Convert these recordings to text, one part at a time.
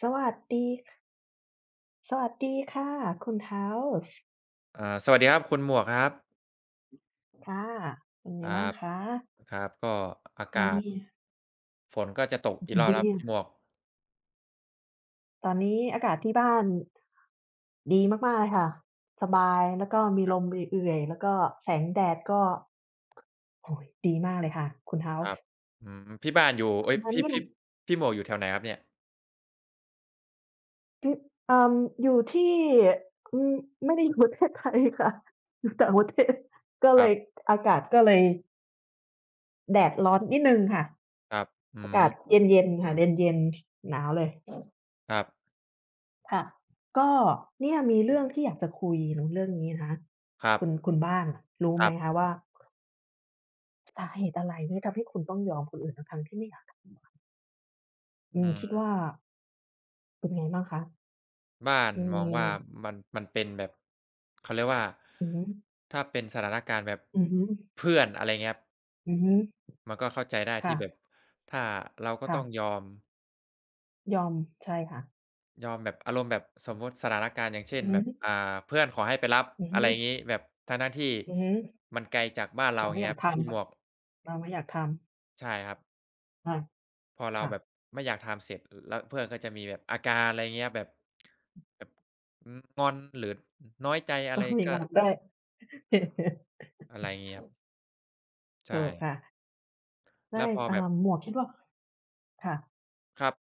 สวัสดีสวัสดีค่ะคุณ House อ่าสวัสดีครับคุณหมวกครับค่ะเป็นคไงบ้ารังบคะครับก็อาตอนกาศนี้ฝนก็จะตกอีกรอบดีแล้วพี่หมวกตอนนี้อากาศที่บ้านดีมากๆเลยค่ะสบายแล้วก็มีครัลมบเอื่อยๆแล้วก็แสงแดดก็โอ้โฮดีมากเลยค่ะคุณ ครั House บพี่บ้านอยู่เอ๊ปยระมาณพี่นี้พี่พี่หมวกอยู่แถวไหนครับเนี่ยที่เอ่ออยู่ที่อืมไม่ได้อยู่ประเทศไทยค่ะอยู่ต่างประเทศก็คเลรัยบอากาศก็เลยแดดร้อนนิดหนึ่งค่ะ ครับอือากาศมเย็นๆค่ะเย็นๆหนาวเลยครับค่ะก็เนี่ยมีเรื่องที่อยากจะคุยเนาะเรื่องนี้นะคะครับคุณบ้านรู้คไหรัมบคะว่าสาเหตุอะไรที่ทำให้คุณต้องยอมคนอื่นทั้งๆที่ไม่อยากทำอะอือืมคิดว่ามเป็นไงบ้างคะบ้านมมองว่าีมันเป็นแบบเขาเรียกว่าอือฮึถ้าเป็นสถานการณ์แบบอือฮึเพื่อนอะไรเงี้ยครับอือฮึมันก็เข้าใจได้ที่ค่ะแบบถ้าเราก็ๆต้องยอม ยอมใช่ค่ะยอมแบบอารมณ์แบบสมมุติสถานการณ์อย่างเช่นอืแบอบฮึเพื่อนขอให้ไปรับอืออะฮึไรงี้แบบทั้งๆที่อือฮึมันไกลจากบ้านเราอเราย่างไม่อเงี้ยยาคกรับทพี่หมวกำเราไม่อยากทำใช่ครับอาพอเราค่ะ แบบไม่อยากทำเสร็จแล้วเพื่อนก็จะมีแบบอาการอะไรเงี้ยแบบแบบอืมงอนหรือน้อยใจ อะไรต้องมีก็งานได้ อะไรงี้ครับใช่ถูกค่ะแล้ได้วพอแบบอ่าหมวกคิดว่า ค่ะครับ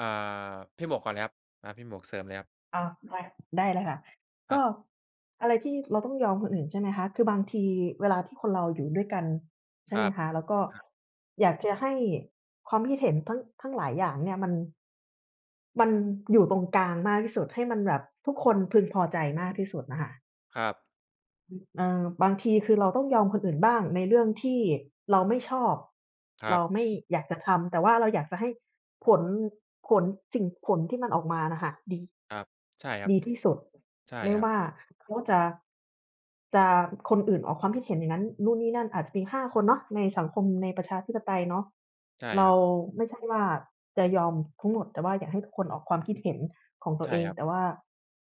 อ่าพี่หมวกก่อนเลยครับอ่าพี่หมวกเสริมเลยครับอาได้ได้เลยค่ะครัก็บอะไรที่เราต้องยอมคนอื่นใช่ไหมคะคือบางทีเวลาที่คนเราอยู่ด้วยกันคใช่ไหรัมบคะแล้วก็ครับอยากจะให้ความคิดเห็นทั้งหลายอย่างเนี่ยมันอยู่ตรงกลางมากที่สุดให้มันแบบทุกคนพึงพอใจมากที่สุดน่ะค่ะครับบางทีคือเราต้องยอมคนอื่นบ้างในเรื่องที่เราไม่ชอบครับเราไม่อยากจะทำแต่ว่าเราอยากจะให้ผลผลสิ่งผลที่มันออกมาน่ะค่ะดี ครับใช่ครับดีที่สุดใช่ไม่ครับว่าเขาจะคนอื่นออกความคิดเห็นอย่างนั้นนู่นนี่นั่นอาจจะมีห้าคนเนาะในสังคมในประชาธิปไตยเนาะใช่คเรารับไม่ใช่ว่าจะยอมทั้งหมดแต่ว่าอยากให้ทุกคนออกความคิดเห็นของตัวใช่เองครับแต่ว่า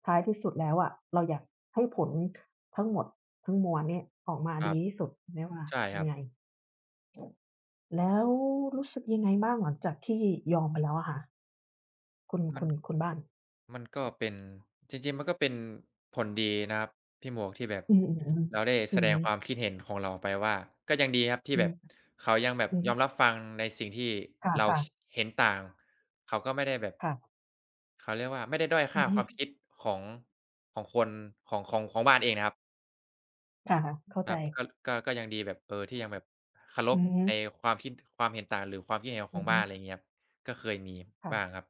ท้ายที่สุดแล้วอะเราอยากให้ผลทั้งหมดทั้งมวลเนี่ยออกมาครัดีบที่สุดไม่ว่าใช่ครัยับ งไงแล้วรู้สึกยังไงบ้างหลังจากที่ยอมไปแล้วอะค่ะคุณมันคุณคุณบ้านก็เป็นจริงๆมันก็เป็นผลดีนะครับพี่หมวกที่แบบอือเราๆได้ๆแสอืดมงความคิดเห็นของเราออกไปว่าก็ยังดีครับที่อืแบบมเขายังแบบอือยอมรับฟังในสิ่งที่คเรา่ะคๆ เห็นต่างเขาก็ไม่ได้แบบค่ะเขาเรียกว่าไม่ได้ด้อยอืค่าอความฮึคิดของของคนของบ้านเองนะครับค่ะเข้าคใจรับก็ก็ยังดีแบบเออที่ยังแบบเคารอืพอฮึในความคิดความเห็นต่างหรือความคิดเห็นขอืองอฮึบ้านอะไรอย่างเงี้ยครับก็เคยมีบ้างคค่ะรับ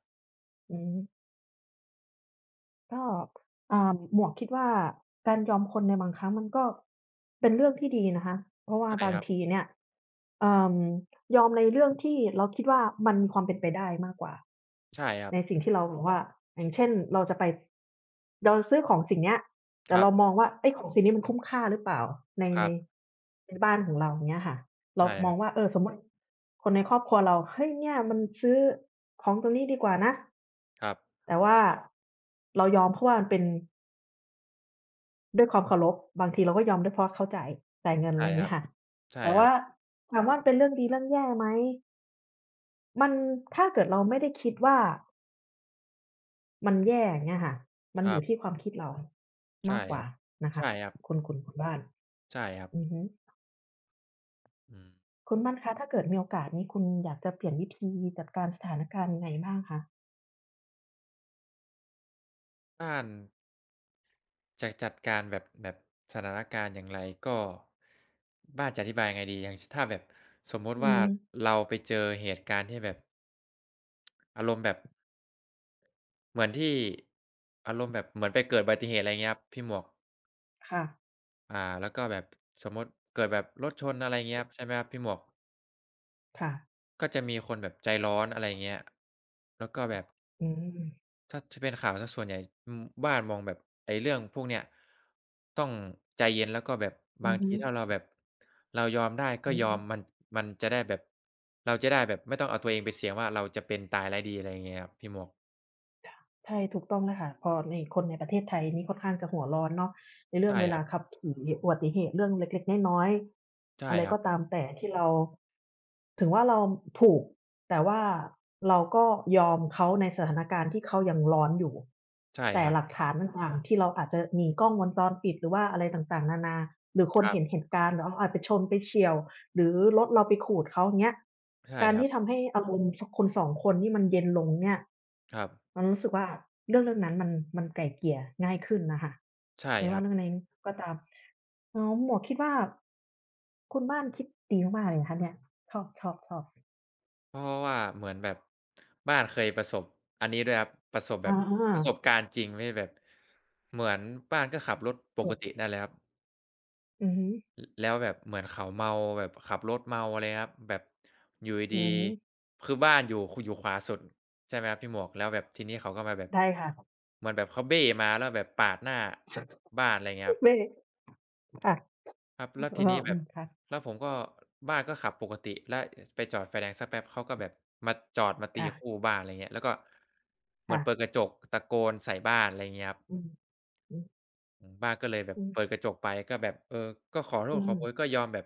อือฮึ ก็อ่าหมวกคิดว่าการยอมคนในบางครั้งมันก็เป็นเรื่องที่ดีนะคะเพราะว่าใช่บาคงรัทีบเนี่ยเอ่อยอมในเรื่องที่เราคิดว่ามันมีความเป็นไปได้มากกว่าใช่ครับในสิ่งที่เราแบบว่าอย่างเช่นเราจะไปเราซื้อของสิ่งเนี้ยคแต่รับเรามองว่าเอ๊ยของสิ่งนี้มันคุ้มค่าหรือเปล่าในครัในบในบ้านของเราอย่างเงี้ยค่ะเราใช่มคอรังบ ว่าเออสมมุติคนในครอบครัวเราเฮ้ยเนี่ยมันซื้อของตรงนี้ดีกว่านะ ครับแต่ว่าเรายอมเพราะว่ามันเป็นด้วยความเคารพบางทีเราก็ยอมด้วยเพราะเขาจ่ายเงินอะใช่ไรครัเงี้บยค่ะใช่แต่ครับว่าถามว่ามันเป็นเรื่องดีเรื่องแย่ไหมมันถ้าเกิดเราไม่ได้คิดว่ามันแย่อย่างเงี้ยค่ะมันคอรัยู่บที่ความคิดเรามาใช่กกคว่ารับนะคะใช่ครับคุณบ้านใช่ครับอือฮึอืมคุณบ้านคะถ้าเกิดมีโอกาสนี้คุณอยากจะเปลี่ยนวิธีจัดการสถานการณ์ยังไงบ้างคะบ้านจะจัดการแบบแบบสถานการณ์อย่างไรก็บ้านจะอธิบายยังไงดีอย่างชถ้าแบบสมมุติอืว่ามเราไปเจอเหตุการณ์ที่แบบอารมณ์แบบเหมือนที่อารมณ์แบบเหมือนไปเกิดอุบัติเหตุอะไรอย่างเงี้ยครับพี่หมวกค่ะอ่าแล้วก็แบบสมมุติเกิดแบบรถชนอะไรอย่างเงี้ยครับใช่ไหมครับพี่หมวกค่ะก็จะมีคนแบบใจร้อนอะไรอย่างเงี้ยแล้วก็แบบ อืมถ้าจะเป็นข่าวเสียส่วนใหญ่อืมบ้านมองแบบไอ้เรื่องพวกเนี้ยต้องใจเย็นแล้วก็แบบอืบางอฮึทีถ้าเราแบบเรายอมได้ก็อือยอฮึ มมันมันจะได้แบบเราจะได้แบบไม่ต้องเอาตัวเองไปเสี่ยงว่าเราจะเป็นตายร้ายดีอะไรอย่างเงี้ยครับพี่หมวกใช่ถูกต้องเลยค่ะพอในคนในประเทศไทยนี่ค่อนข้างจะหัวร้อนเนาะในเรื่องใช่เวคลารับขับขี่อุบัติเหตุเรื่องเล็กๆน้อยๆใช่อะไรครับก็ตามแต่ที่เราถึงว่าเราถูกแต่ว่าเราก็ยอมเขาในสถานการณ์ที่เขายังร้อนอยู่ใช่แต่ครับหลักฐานต่างๆที่เราอาจจะมีกล้องวงจรปิดหรือว่าอะไรต่างๆนานาหรือคคนรับเห็นเหตุการณ์หรือเราอาจไปชนไปเฉี่ยว หรือรถเราไปขูดเขาอย่างเงี้ยใช่การครับที่ทำให้อารมณ์สคน2คนนี่มันเย็นลงเนี่ยครับเรารู้สึกว่าเรื่องนั้นมันไกล่เกลี่ยง่ายขึ้นน่ะค่ะใช่ไม่ครัว่าบเรื่องไหนก็ตามอ๋อหมวกคิดว่าคุณบ้านคิดดีมากๆเลยนะคะเนี่ยชอบชอบชอบเพราะว่าเหมือนแบบบ้านเคยประสบอันนี้ด้วยครับประสบแบอบประสบาการณ์จริงไม่แบบเหมือนบ้านก็ขับรถปถูกกตินั่นแหละครับ อือฮึแล้วแบบเหมือนเขาเมาแบบขับรถเมาอะไรครับแบบอยู่อืดีอฮึๆคือบ้านอยู่อยู่ขวาสุดใช่ไหมครับพี่หมวกแล้วแบบทีนี้เขาก็มาแบบได้ค่ะเหมือนแบบเขาเบ้มาแล้วแบบปาดหน้าบ้านอะไรเงี้ยครับไม่ค่ะครับเแล้วอทีอนี้แบอืบมค่ะแล้วผมก็บ้านก็ขับปกติแล้วไปจอดไฟแดงสักแป๊บเขาก็แบบมาจอดมาตีค่ะคู่บ้านอะไรเงี้ยแล้วก็เหมือค่ะนเปิดกระจกตะโกนใส่บ้านอะไรเงี้ยครับ อืมอืออืมบ้าก็เลยแบบอือเปิดกระจกไปก็แบบเออก็ขอโทอืษขมอโพยก็ยอมแบบ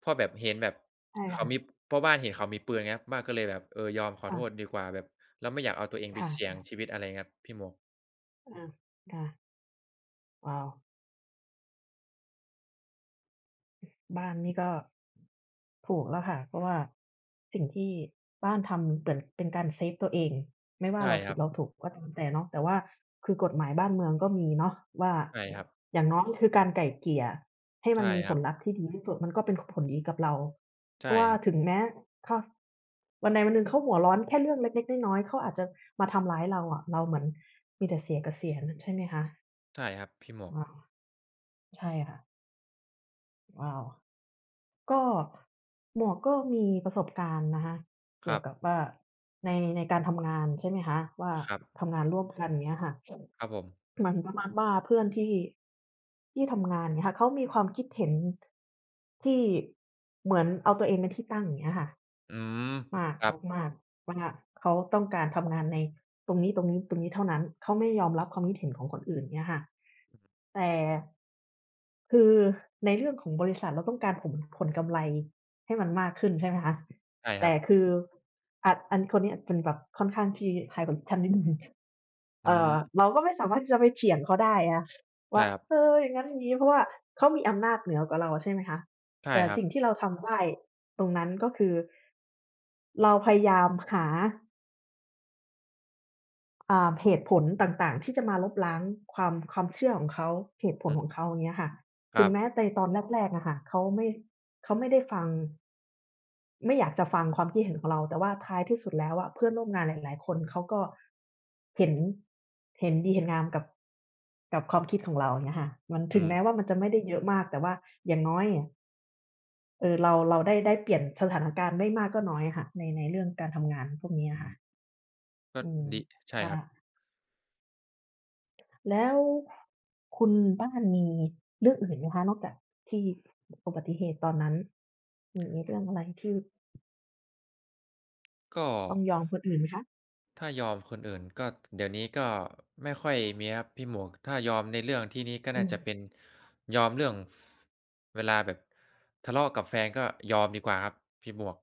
เพราะแบบเห็นแบบใช่เขามีค่ะเพราะบ้านเห็นเขามีปืนไงครับป้าก็เลยแบบเออยอมขอโทษค่ะดีกว่าแบบเราไม่อยากเอาตัวเองไปคเสี่ยง่ะชีวิตอะไรเงี้ยครับพี่หมวกๆอาค่ะว้าว บ้านนี่ก็ถูกแล้วค่ะเพราะว่าสิ่งที่บ้านทำเหมือนเป็นการเซฟตัวเองไม่ว่าใช่เราคผิรัดบเราถูกก็ตามแต่เนาะแต่ว่าคือกฎหมายบ้านเมืองก็มีเนาะว่าใช่ครับอย่างน้อยคือการไกล่เกลี่ยให้มันใช่มีคผรับลลัพธ์ที่ดีที่สุดมันก็เป็นผลดีกับเราเพใช่ราะว่าครับถึงแม้เขาวันใดวันหนึ่งเขาหัวร้อนแค่เรื่องเล็กๆน้อยๆเขาอาจจะมาทำร้ายเราอะเราเหมือนมีแต่เสียกับเสียนใช่ไหมคะใช่ครับพี่หมวกอาใช่ค่ะว้าว ก็หมวกก็มีประสบการณ์นะคะคเกี่ยรัวบกับว่าในการทำงานใช่ไหมคะว่าครับทำงานร่วมกันเงี้ยค่ะครับผมเหมือนประมาณว่าเพื่อนที่ทำงานเงี้ยค่ะเขามีความคิดเห็นที่เหมือนเอาตัวเองเป็นที่ตั้งอย่างเงี้ยค่ะอืมมากครับมากๆว่าเขาต้องการทำงานในตรงนี้เท่านั้นเขาไม่ยอมรับความคิดเห็นของคนอื่นเงี้ยค่ะแต่ คือในเรื่องของบริษัทเราต้องการผลกำไรให้มันมากขึ้นใช่ไหมคะใช่ครัแต่บคืออะอันคนเนี้ยเป็นแบบค่อนข้างที่ high กว่าดิฉันนิดหนึ่งอืเอ่อมเราก็ไม่สามารถที่จะไปเถียงเขาได้อะใช่ว่าครับเอออย่างงั้นอย่างงี้เพราะว่าเขามีอำนาจเหนือกว่าเราใช่ไหมคะใช่แต่ครับสิ่งที่เราทำได้ตรงนั้นก็คือเราพยายามหา เหตุผลต่างๆที่จะมาลบล้างความเชื่อของเขาเหตุผอืลมของเขาอย่างเงี้ยค่ะคถึรังแม้บในตอนแรกๆอะค่ะเขาไม่ได้ฟังไม่อยากจะฟังความคิดเห็นของเราแต่ว่าท้ายที่สุดแล้วอะเพื่อนร่วมงานหลายๆคนเขาก็เห็นเห็นดีเห็นงามกับความคิดของเราอย่างเงี้ยค่ะมันอืถึงแม้มว่ามันจะไม่ได้เยอะมากแต่ว่าอย่างน้อยอะเราได้เปลี่ยนสถานการณ์ไม่มากก็น้อยอะค่ะในเรื่องการทำงานพวกนี้อือะมค่ะก็อืมดีใช่ว่า ครับแล้วคุณบ้านมีเรื่องอื่นไหมคะนอกจากที่อุบัติเหตุตอนนั้นมีเรื่องอะไรที่ก็ ต้องยอมคนอื่นไหมคะถ้ายอมคนอื่นก็เดี๋ยวนี้ก็ไม่ค่อยมีครับพี่หมวกถ้ายอมในเรื่องที่นี้ก็อืน่าม จะเป็นยอมเรื่องฟเวลาแบบทะเลาะกับแฟนก็ยอมดีกว่าครับพี่หมวก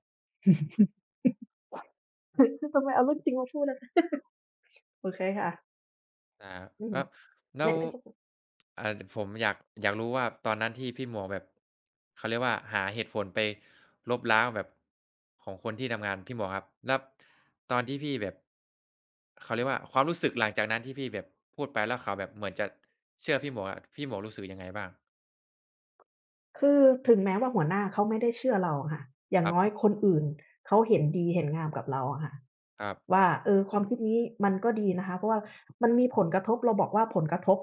ทำไมเอาเรื่องจริงมาพูดล่ะคะโอเคค่ะอ่าอืมแล้วแนะไม่ส อ่าผมอยากรู้ว่าตอนนั้นที่พี่หมวกแบบเขาเรียกว่าหาเหตุผลไปลบล้างแบบของคนที่ทำงานพี่หมวกครับแล้วตอนที่พี่แบบเขาเรียกว่าความรู้สึกหลังจากนั้นที่พี่แบบพูดไปแล้วเขาแบบเหมือนจะเชื่อพี่หมวกอะพี่หมวกรู้สึกยังไงบ้างคือถึงแม้ว่าหัวหน้าเขาไม่ได้เชื่อเราอะค่ะอย่าคงรับน้อยคนอื่นเขาเห็นดีเห็นงามกับเราอะค่ะครับว่าเออความคิดนี้มันก็ดีนะคะเพราะว่ามันมีผลกระทบเราบอกว่าผลกระทบ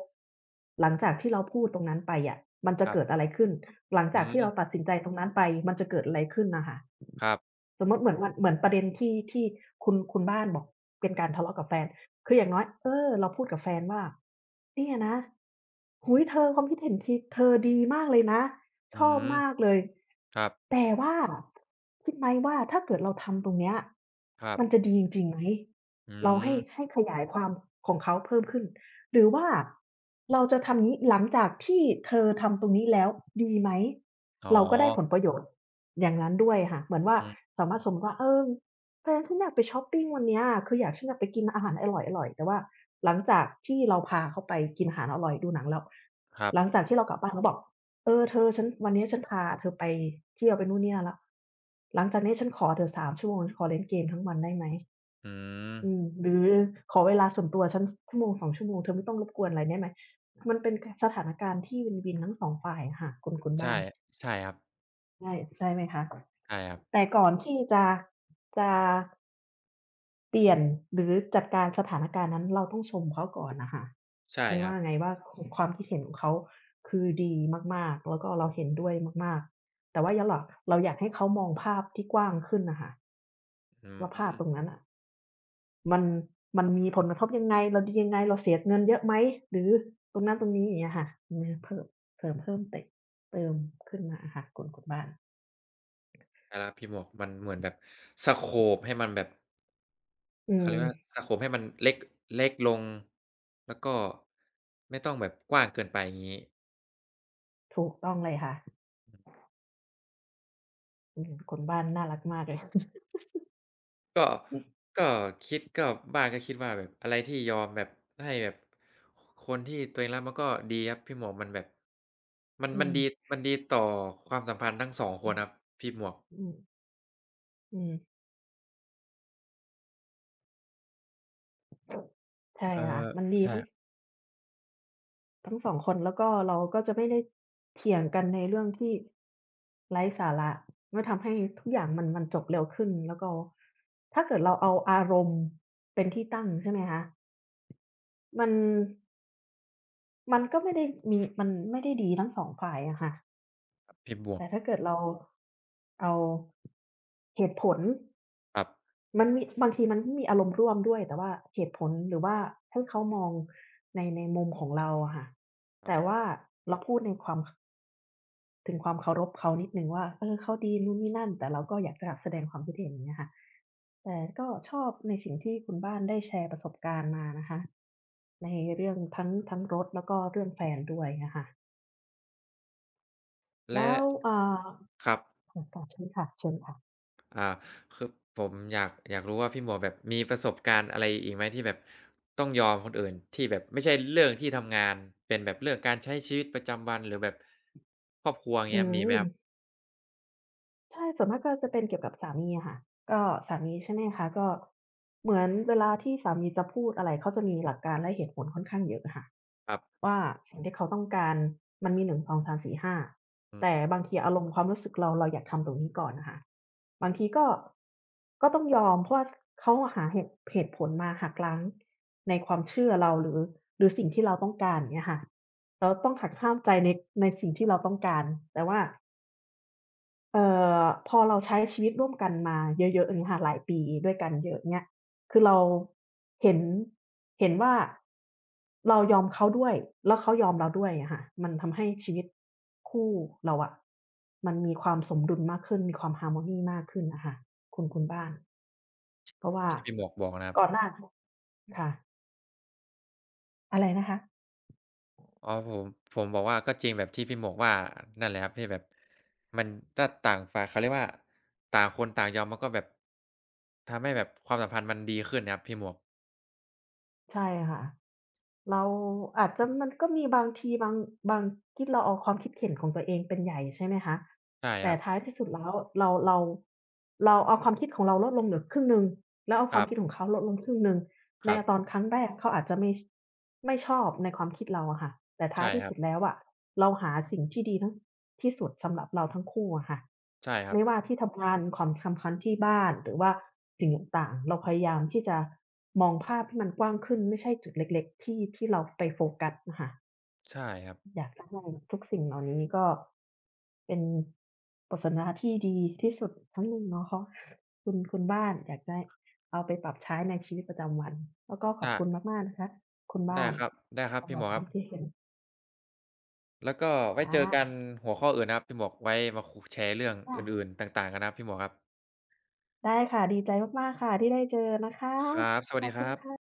หลังจากที่เราพูดตรงนั้นไปอะมันคจะรับเกิดอะไรขึ้นหลังอืจากที่เรามตัดสินใจตรงนั้นไปมันจะเกิดอะไรขึ้นน่ะค่ะครับสมมุติเหมือนวันเหมือนประเด็นที่คุณบ้านบอกเป็นการทะเลาะกับแฟนคืออย่างน้อยเออเราพูดกับแฟนว่าเนี่ยนะโอ้โฮเธอความคิดเห็นทีเธอดีมากเลยนะ อืชอบมมากเลยครับแต่ว่าคิดไหมว่าถ้าเกิดเราทำตรงเนี้ยครับมันจะดีจริงๆไหม อืเรามให้ขยายความของเขาเพิ่มขึ้นหรือว่าเราจะทำงี้หลังจากที่เธอทำตรงนี้แล้วดีไหมอ๋อเราก็ได้ผลประโยชน์อย่างนั้นด้วยค่ะเหมือนว่าอืมสามารถสมมุติว่าเออแฟนฉันอยากไปช็อปปิงวันเนี้ยคืออยากฉันอยากไปกินอาหารอร่อยๆแต่ว่าหลังจากที่เราพาเขาไปกินอาหารอร่อยดูหนังแล้วครับหลังจากที่เรากลับบ้านเราบอก เออเธอฉันวันเนี้ยฉันพาเธอไปเที่ยวไปนู่นนี่นั่นแล้วหลังจากนี้ฉันขอเธอ3ชั่วโมงฉันขอเล่นเกมทั้งวันได้ไหมอืมอืมหรือขอเวลาส่วนตัวฉันชั่วโมงสอ2ชั่วโมงเธอไม่ต้องรบกวนอะไรได้ไหมมันเป็นกสถานการณ์ที่วินๆทั้ง2ฝ่ายอะค่ะคุณบ้าใช่นใช่ครับใช่ไหมคะใช่ครับแต่ก่อนที่จะ เปลี่ยนหรือจัดการสถานการณ์นั้นเราต้องชมเขาก่อนน่ะค่ะใช่ไม่ครัว่าบ ไงว่าคความคิดเห็นของเขาคือดีมากๆแล้วก็เราเห็นด้วยมากๆแต่ว่าย้อนหลักเราอยากให้เขามองภาพที่กว้างขึ้นน่ะค่ะอืมว่าภาพตรงได้นั้นน่ะมันมันมีผลกระทบยังไงเราดียังไงเราเสียเงินเยอะไหมหรือตรงนั้นตรงนี้อย่างเงี้ยค่ะอือเพิ่มเสริมเพิ่มเตะเติมขึ้นมาอะค่ะคนบ้านแต่ละพี่หมวกมันเหมือนแบบสโกปให้มันแบบอืเขามเรียกว่าสโกปให้มันเล็กเล็กลงแล้วก็ไม่ต้องแบบกว้างเกินไปอย่างงี้ถูกต้องเลยค่ะอืมคนบ้านน่ารักมากเลย ก็ก็คิดก็บ้านก็คิดว่าแบบอะไรที่ยอมแบบให้แบบคคนที่ตัวเองรักมันก็ดีครับพี่หมวกมันแบบมันอืมันมดีมันดีต่อความสัมพันธ์ทั้ง2คอืนอครับพี่หมวกอือ อืมใช่เอ่ค่ะอมันดีใช่ทั้งสองคนแล้วก็เราก็จะไม่ได้เถียงกันในเรื่องที่ไร้สาระมันทำให้ทุกอย่างมันจบเร็วขึ้นแล้วก็ถ้าเกิดเราเอาอารมณ์เป็นที่ตั้งใช่ไหมคะมันมันก็ไม่ได้มันไม่ได้ดีทั้งสองฝ่ายอะค่ะครับพี่หมวกแต่ถ้าเกิดเราเอาเหตุผล ครับมันมีบางทีมันก็มีอารมณ์ร่วมด้วยแต่ว่าเหตุผลหรือว่าให้เขามองในมุมของเราอะค่ะแต่ว่าเราพูดในความถึงความเคารพเขานิดหนึ่งว่าเออเขาดีนู่นนี่นั่นแต่เราก็อยากจะแสดงความคิดเห็นอย่างเงี้ยค่ะแต่ก็ชอบในสิ่งที่คุณบ้านได้แชร์ประสบการณ์มานะคะในเรื่องทั้งรถแล้วก็เรื่องแฟนด้วยอะค่ะและแล้วอ่าครับ ค่ะต่อเชิญค่ะอ่าคือผมอยากรู้ว่าพี่หมวกแบบมีประสบการณ์อะไรอีกไหมที่แบบต้องยอมคนอื่นที่แบบไม่ใช่เรื่องที่ทำงานเป็นแบบเรื่องการใช้ชีวิตประจำวันหรือแบบครอบครัวอย่างๆเงี้ยมีไหมคม รับใช่ส่วนมากก็จะเป็นเกี่ยวกับสามีอะค่ะก็สามีใช่ไหมคะก็เหมือนเวลาที่สามีจะพูดอะไรเขาจะมีหลักการและเหตุผลค่อนข้างเยอะอะค่ะครับว่าสิ่งที่เขาต้องการมันมี1 2ห้าอืมแต่บางทีอารมณ์ความรู้สึกเราอยากทำตรงนี้ก่อนอะค่ะบางทีก็ก็ต้องยอมเพราะว่าเขาอะหาเหตุผลมาหักล้างในความเชื่อเราหรือสิ่งที่เราต้องการอย่างเงี้ยค่ะเราต้องหักห้ามใจในสิ่งที่เราต้องการแต่ว่า เอ่อพอเราใช้ชีวิตร่วมกันมาเยอะๆอย่างเงี้ยค่ะหลายปีด้วยกันเยอะเงี้ยคือเราเห็นเห็นว่าเรายอมเขาด้วยแล้วเขายอมเราด้วยอะค่ะมันทำให้ชีวิตคู่เราอะมันมีความสมดุลมากขึ้นมีความฮาร์โมนีมากขึ้นน่ะค่ะคุณบ้านเพราะว่าที่พี่หมวกบอกนะครับก่อนหน้าค่ะอะไรนะคะ อ๋อผมบอกว่าก็จริงแบบที่พี่หมวกว่านั่นแหละครับที่แบบมันถ้าต่างฝ่ายเขาเรียกว่าต่างคนต่างยอมมันก็แบบทำให้แบบความสัมพันธ์มันดีขึ้นนะครับพี่หมวกใช่ค่ะเราอาจจะมันก็มีบางทีบางที่เราเอาความคิดเห็นของตัวเองเป็นใหญ่ใช่ไหมคะใช่คแต่รับท้ายที่สุดแล้วเราเราเราเอาความคิดของเราลดลงเหลือครึ่งหนึ่งแล้วเอาคควารัมคิดบของเขาลดลงครึ่งหนึ่งคในรับตอนครั้งแรกเขาอาจจะไม่ชอบในความคิดเราอะค่ะแต่ใช่ท้ายคที่รัสุบดแล้วอะเราหาสิ่งที่ดีทั้งที่สุดสำหรับเราทั้งคู่อะค่ะ ใช่ครับไม่ว่าที่ทำงานความสัมพันที่บ้านหรือว่าสิ่งต่างๆเราพยายามที่จะมองภาพให้มันกว้างขึ้นไม่ใช่จุดเล็กๆที่เราไปโฟกัสอะค่ะใช่ครับอยากจะให้ทุกสิ่งเหล่านี้ก็เป็นบทสนทนาที่ดีที่สุดครั้งหนึ่งเนาะคะคุณบ้านอยากได้เอาไปปรับใช้ในชีวิตประจำวันแล้วก็ขอบใช่ คุณมากๆนะคะคุณได้บ้านครับได้ครับสำหพี่หรัมบวกคครัวาบมคิดเห็นแล้วก็ไว้คเจอกัน่ะหัวข้ออื่นนะครับพี่หมวกไว้มาคุแชร์เรื่องอื่ค่ะนๆต่างๆกันนะครับพี่หมวกครับได้ค่ะดีใจมากๆค่ะที่ได้เจอนะคะครับสวัสขอดีบคคุณรัค่ะบ